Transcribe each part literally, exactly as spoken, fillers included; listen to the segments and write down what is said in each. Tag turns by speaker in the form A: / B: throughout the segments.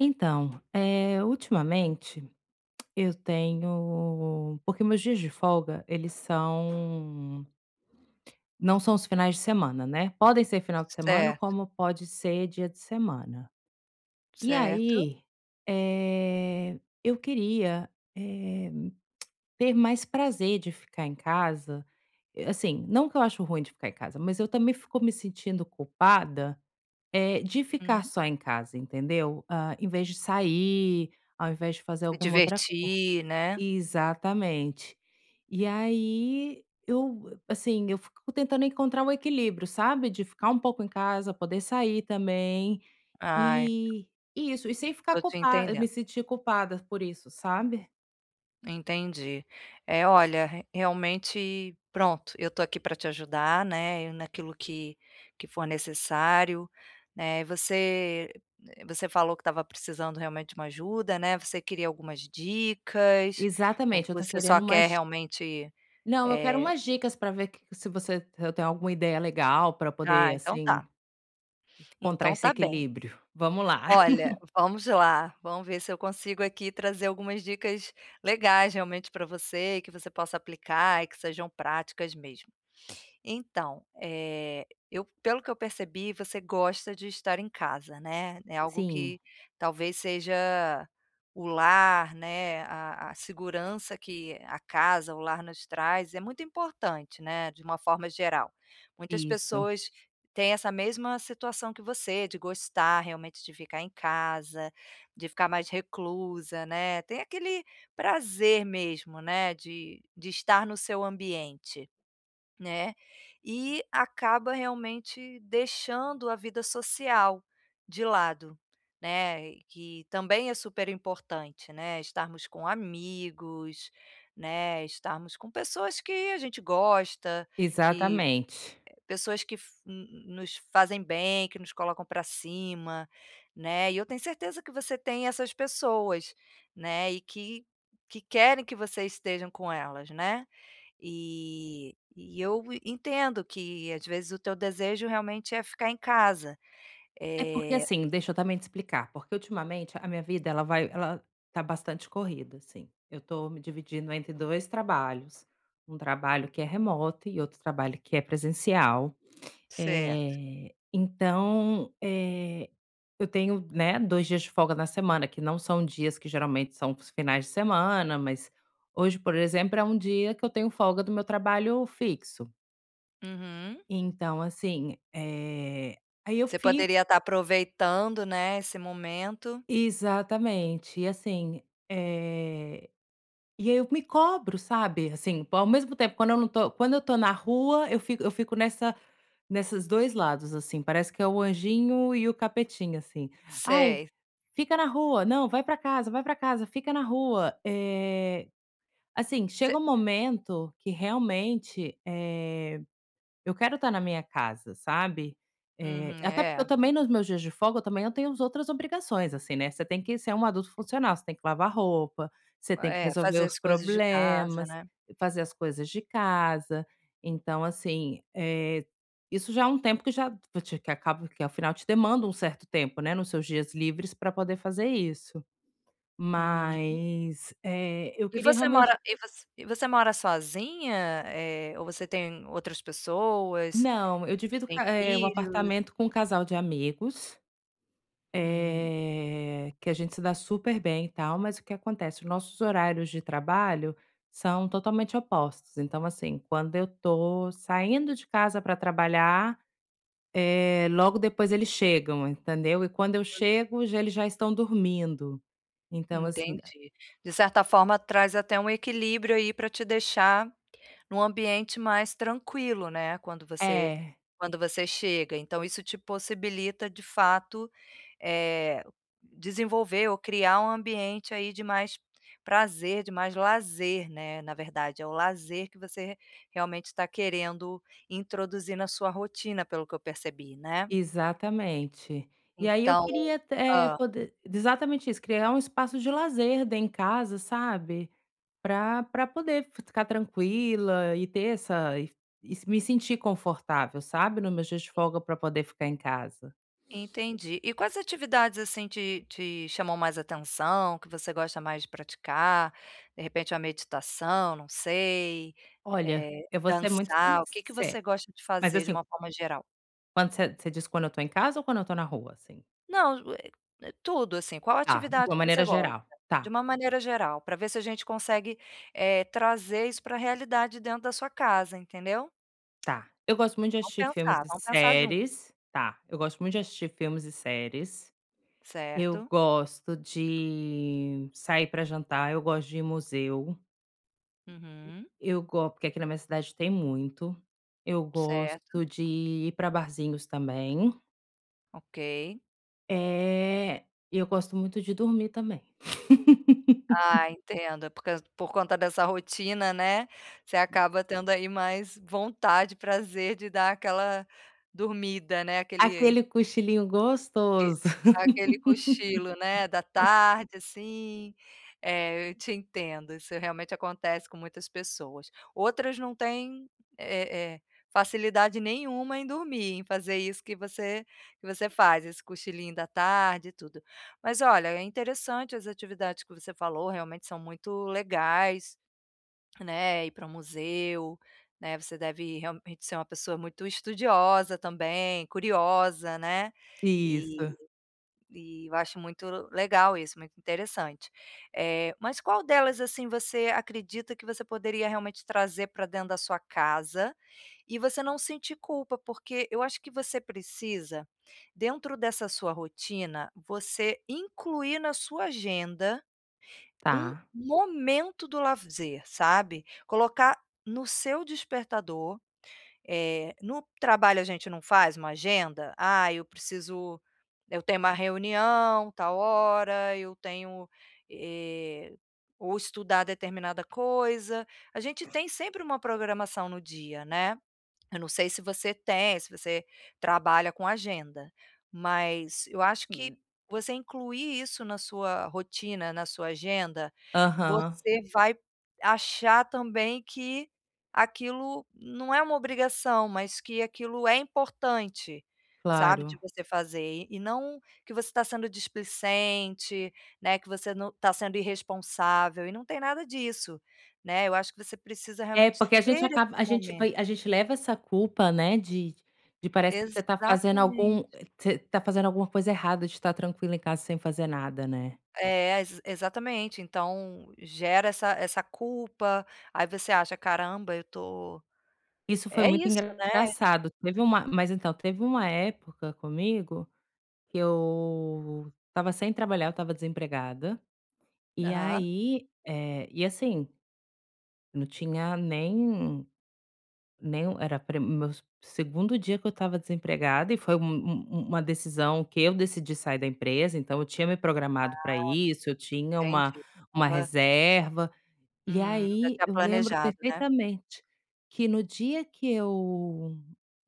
A: Então, eh, ultimamente eu tenho porque meus dias de folga eles são não são os finais de semana, né, podem ser final de semana
B: Certo,
A: como pode ser dia de semana. E
B: certo.
A: aí, eh, eu queria, eh, ter mais prazer de ficar em casa. Eh, assim, não que eu acho ruim de ficar em casa, mas eu também fico me sentindo culpada, eh, de
B: Hum.
A: ficar só em casa, entendeu? Ah, em vez de sair, ao invés de fazer
B: Se
A: alguma outra.
B: divertir, né.
A: Exatamente. E aí eu, assim, eu fico tentando encontrar o equilíbrio, sabe, de ficar um pouco em casa, poder sair também,
B: Ai,
A: e e isso, e sem ficar
B: tô te
A: culpada
B: entendendo.
A: me sentir culpada por isso, sabe.
B: Entendi. É, olha, re realmente, pronto, eu tô aqui para te ajudar, né, e naquilo que que for necessário, né. Você você falou que estava precisando realmente de uma ajuda, né, você queria algumas dicas ou
A: Exatamente, eu tô
B: você só
A: querendo
B: quer
A: umas.
B: realmente,
A: Não, eu quero
B: eh
A: umas dicas para ver que se você te- tem alguma ideia legal para poder,
B: ah, então
A: assim,
B: tá.
A: encontrar
B: Então
A: esse
B: tá bem.
A: equilíbrio. Vamos lá.
B: Olha, vamos lá, vamos ver se eu consigo aqui trazer algumas dicas legais realmente para você e que você possa aplicar e que sejam práticas mesmo. Então, eh, eu pelo que eu percebi, você gosta de estar em casa, né, é algo
A: Sim,
B: que talvez seja o lar, né, a a segurança que a casa, o lar nos traz é muito importante, né, de uma forma geral. Muitas
A: isso.
B: pessoas têm essa mesma situação que você, de gostar realmente de ficar em casa, de ficar mais reclusa, né, tem aquele prazer mesmo, né, de de estar no seu ambiente. Né, e acaba realmente deixando a vida social de lado, né, que também é super importante, né, estarmos com amigos, né, estarmos com pessoas que a gente gosta, que
A: Exatamente.
B: Pessoas que f n nos fazem bem, que nos colocam para cima, né, e eu tenho certeza que você tem essas pessoas, né, e que que querem que você estejam com elas, né. E e eu entendo que, às vezes, o teu desejo realmente é ficar em casa.
A: É porque
B: É.
A: assim, deixa eu também te explicar, porque ultimamente a minha vida ela vai ela tá bastante corrida, assim. Eu tô me dividindo entre dois trabalhos, um trabalho que é remoto e outro trabalho que é presencial.
B: Certo.
A: Eh, então, eh, eu tenho, né, dois dias de folga na semana, que não são dias que geralmente são os finais de semana, mas hoje, por exemplo, é um dia que eu tenho folga do meu trabalho fixo.
B: Uhum.
A: Então assim, eh, aí eu
B: Você
A: fiz.
B: poderia estar aproveitando, né, esse momento.
A: Exatamente. E assim, eh, e aí eu me cobro, sabe, assim, ao mesmo tempo quando eu não tô quando eu tô na rua, eu fico eu fico nessa nesses dois lados, assim, parece que é o anjinho e o capetinha, assim. "Ai,
B: Sei,
A: fica na rua. Não, vai pra casa, vai pra casa, fica na rua". Eh, assim, chega
B: você.
A: um momento que realmente, eh eu quero estar na minha casa, sabe. Eh,
B: Uhum,
A: até porque eu
B: é.
A: também nos meus dias de folga, eu também eu tenho as outras obrigações, assim, né, você tem que ser um adulto funcional, você tem que lavar roupa, você tem que
B: É,
A: resolver
B: fazer
A: os
B: as coisas de casa,
A: problemas,
B: né.
A: fazer as coisas de casa. Então, assim, eh, isso já é um tempo que já te que acaba que ao final te demanda um certo tempo, né, nos seus dias livres para poder fazer isso.
B: Uhum.
A: Mas, eh, eu
B: E
A: queria
B: você
A: realmente.
B: mora e voc e você mora sozinha, eh, ou você tem outras pessoas,
A: Não, eu divido
B: tem
A: ca eh, o
B: filhos?
A: apartamento com um casal de amigos.
B: Hum,
A: Eh, que a gente se dá super bem e tal, mas o que acontece? Os nossos horários de trabalho são totalmente opostos. Então, assim, quando eu tô saindo de casa para trabalhar, eh, logo depois eles chegam, entendeu? E quando eu chego, já eles já estão dormindo. Então, assim
B: entendi. De certa forma, traz até um equilíbrio aí pra te deixar num ambiente mais tranquilo, né, quando você
A: é,
B: quando você chega, então isso te possibilita de fato, eh, desenvolver ou criar um ambiente aí de mais prazer, de mais lazer, né, na verdade é o lazer que você realmente está querendo introduzir na sua rotina pelo que eu percebi, né?
A: exatamente. E aí eu
B: Então,
A: queria, eh, poder exatamente isso, criar um espaço de lazer dentro em casa, sabe? Pra pra poder ficar tranquila e ter essa e e se- me sentir confortável, sabe, no meu dia de folga pra poder ficar em casa.
B: entendi. E quais atividades, assim, te te chamam mais atenção, que você gosta mais de praticar? De repente uma meditação, não sei,
A: Olha,
B: eh,
A: eu vou ser muito
B: dançar, o que que
A: sincera,
B: você gosta de
A: mas
B: fazer de
A: assim,
B: uma forma geral?
A: quando você você diz quando eu tô em casa ou quando eu tô na rua, assim?
B: Não, eh, eh, tudo, assim, qual
A: Tá, de
B: atividade
A: uma
B: que você
A: maneira
B: gosta?
A: geral. Tá,
B: De uma maneira geral, para ver se a gente consegue, eh, trazer isso para a realidade dentro da sua casa, entendeu?
A: tá. Eu gosto muito de
B: Vamos
A: assistir filmes
B: pensar,
A: e
B: vamos pensar junto.
A: séries, tá, eu gosto muito de assistir filmes e séries. Eu
B: Certo.
A: gosto de sair pra jantar, eu gosto de ir em museu.
B: Uhum.
A: Eu gosto porque aqui na minha cidade tem muito. Eu
B: Certo.
A: gosto de ir para barzinhos também.
B: Ok.
A: Eh, e eu gosto muito de dormir também.
B: Ah, entendo. É por por conta dessa rotina, né, você acaba tendo aí mais vontade, prazer de dar aquela dormida, né, aquele
A: Aquele cochilinho
B: que
A: gostoso.
B: dá aquele cochilo, né, da tarde, assim. É, eu te entendo, isso realmente acontece com muitas pessoas. Outras não têm, eh eh, facilidade nenhuma em dormir, em fazer isso que você que você faz, esse cochilinho da tarde e tudo. Mas olha, é interessante as atividades que você falou, realmente são muito legais, né, ir para o museu, né, você deve realmente ser uma pessoa muito estudiosa também, curiosa, né, e
A: Isso,
B: e eu acho muito legal isso, muito interessante. Eh, mas qual delas, assim, você acredita que você poderia realmente trazer para dentro da sua casa e você não sentir culpa? Porque eu acho que você precisa, dentro dessa sua rotina, você incluir na sua agenda um
A: tá.
B: momento do lazer, sabe? Colocar no seu despertador eh, no trabalho a gente não faz uma agenda? "Ah, eu preciso eu tenho uma reunião tal hora, eu tenho, eh, ou estudar determinada coisa". A gente tem sempre uma programação no dia, né. Eu não sei se você tem, se você trabalha com agenda, mas eu acho que
A: Hum.
B: você incluir isso na sua rotina, na sua agenda,
A: Aham,
B: você vai achar também que aquilo não é uma obrigação, mas que aquilo é importante, sabe, de
A: claro.
B: você fazer. E e não que você está sendo displicente, né, que você não está sendo irresponsável, e não tem nada disso, né. Eu acho que você precisa
A: É,
B: realmente
A: porque a
B: ter
A: gente acaba
B: esse
A: a gente vai
B: momento.
A: a gente leva essa culpa, né, de de parece que você tá fazendo algum
B: Exatamente.
A: você tá fazendo alguma coisa errada de estar tranquilo em casa sem fazer nada, né.
B: É, ex exatamente. Então, gera essa essa culpa, aí você acha: "Caramba, eu tô"
A: Isso foi
B: é
A: muito
B: isso, né.
A: engraçado. Teve uma mas então, teve uma época comigo que eu estava sem trabalhar, eu estava desempregada, e
B: Aham,
A: aí, eh, e assim, não tinha nem. Nem um era pre meu s- segundo dia que eu estava desempregada e foi um um uma decisão que eu decidi sair da empresa, então eu tinha me programado para isso, eu tinha uma
B: entendi.
A: uma
B: Estava
A: reserva. E
B: hum, já
A: aí
B: tinha
A: eu lembro
B: planejado, né.
A: perfeitamente que no dia que eu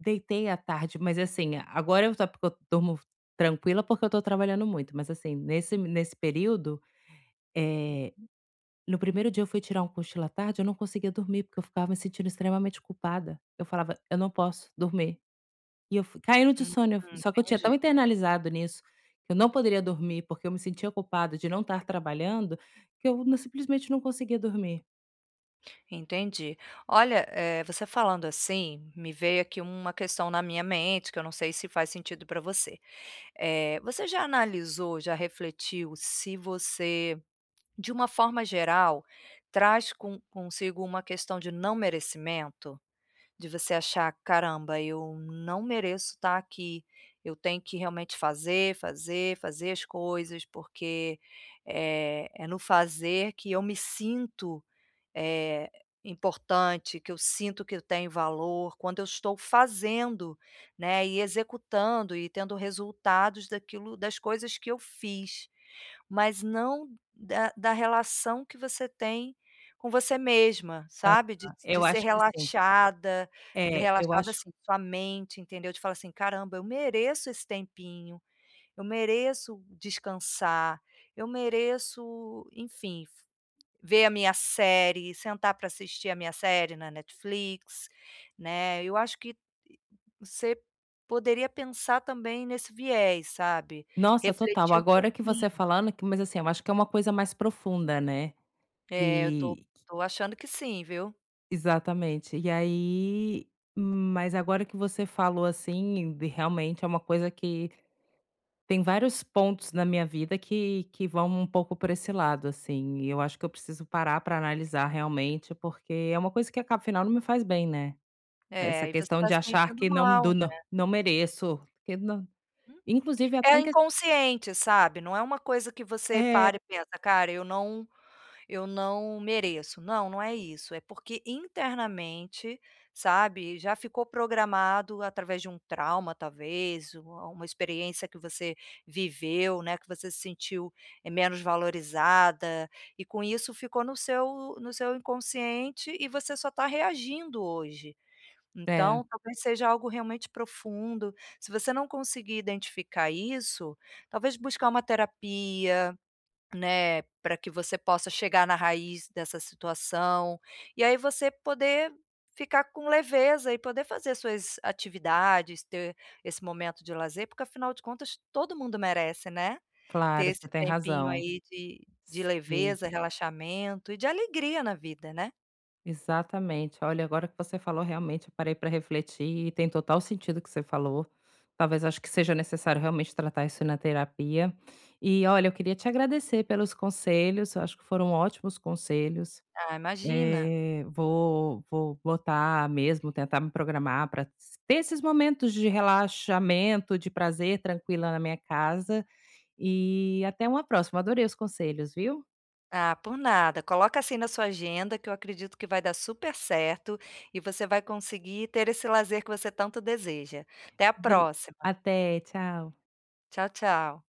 A: deitei à tarde, mas assim, agora eu só porque eu durmo tranquila, porque eu tô trabalhando muito, mas assim, nesse nesse período, no primeiro dia eu fui tirar um cochilo à tarde, eu não conseguia dormir, porque eu ficava me sentindo extremamente culpada. Eu falava: "Eu não posso dormir". E eu fui caindo de
B: Uhum,
A: sono. Eu f- só que eu tinha
B: entendi,
A: tão internalizado nisso, que eu não poderia dormir, porque eu me sentia culpada de não estar trabalhando, que eu não simplesmente não conseguia dormir.
B: entendi. Olha, eh, você falando assim, me veio aqui uma questão na minha mente, que eu não sei se faz sentido para você. Eh, você já analisou, já refletiu se você de uma forma geral, traz com consigo uma questão de não merecimento, de você achar: "Caramba, eu não mereço estar aqui, eu tenho que realmente fazer, fazer, fazer as coisas, porque é é no fazer que eu me sinto eh, importante, que eu sinto que tem valor, quando eu estou fazendo, né, e executando e tendo resultados daquilo das coisas que eu fiz, mas não da da relação que você tem com você mesma, sabe, de de
A: Eu
B: ser
A: acho que assim
B: relaxada,
A: é, eu
B: relaxada,
A: acho,
B: assim, sua mente, entendeu, de falar assim: "Caramba, eu mereço esse tempinho, eu mereço descansar, eu mereço", enfim. Ver a minha série, sentar para assistir a minha série na Netflix, né. Eu acho que você poderia pensar também nesse viés, sabe.
A: nossa, total.
B: Refletir um
A: Agora que você é
B: pouquinho.
A: falando que, mas assim, eu acho que é uma coisa mais profunda, né.
B: É, eu tô
A: E
B: tô achando que sim, viu.
A: exatamente. E aí, mas agora que você falou, assim, de realmente é uma coisa que. Tem vários pontos na minha vida que que vão um pouco por esse lado, assim, e eu acho que eu preciso parar para analisar realmente, porque é uma coisa que acaba afinal não me faz bem, né. Essa
B: É, e você
A: questão
B: está
A: de
B: se
A: achar
B: sentindo
A: que não,
B: mal,
A: do "não
B: né.
A: não mereço", que não inclusive até
B: É
A: em ques
B: inconsciente, sabe, não é uma coisa que você
A: é,
B: para e pensa: "Cara, eu não Eu não mereço. Não, não é isso. É porque internamente, sabe, já ficou programado através de um trauma, talvez, uma uma experiência que você viveu, né, que você se sentiu, eh, menos valorizada, e com isso ficou no seu no seu inconsciente e você só está reagindo hoje.
A: é,
B: Então, talvez seja algo realmente profundo. Se você não conseguir identificar isso, talvez buscar uma terapia, né, pra que você possa chegar na raiz dessa situação, e aí você poder ficar com leveza e poder fazer suas atividades, ter esse momento de lazer, porque afinal de contas todo mundo merece, né, ter
A: claro,
B: esse
A: você tem
B: tempinho
A: razão.
B: aí de de
A: Sim.
B: leveza, relaxamento e de alegria na vida, né.
A: Exatamente. Olha, agora que você falou, realmente eu parei para refletir e tem total sentido o que você falou. Talvez acho que seja necessário realmente tratar isso na terapia. E olha, eu queria te agradecer pelos conselhos, eu acho que foram ótimos conselhos.
B: Ah, imagina.
A: Eh, vou, vou botar mesmo, tentar me programar para ter esses momentos de relaxamento, de prazer tranquila na minha casa. E até uma próxima. Adorei os conselhos, viu?
B: Ah, por nada. Coloca assim na sua agenda que eu acredito que vai dar super certo e você vai conseguir ter esse lazer que você tanto deseja. Até a
A: Bri-
B: próxima.
A: Até, tchau.
B: Tchau, tchau.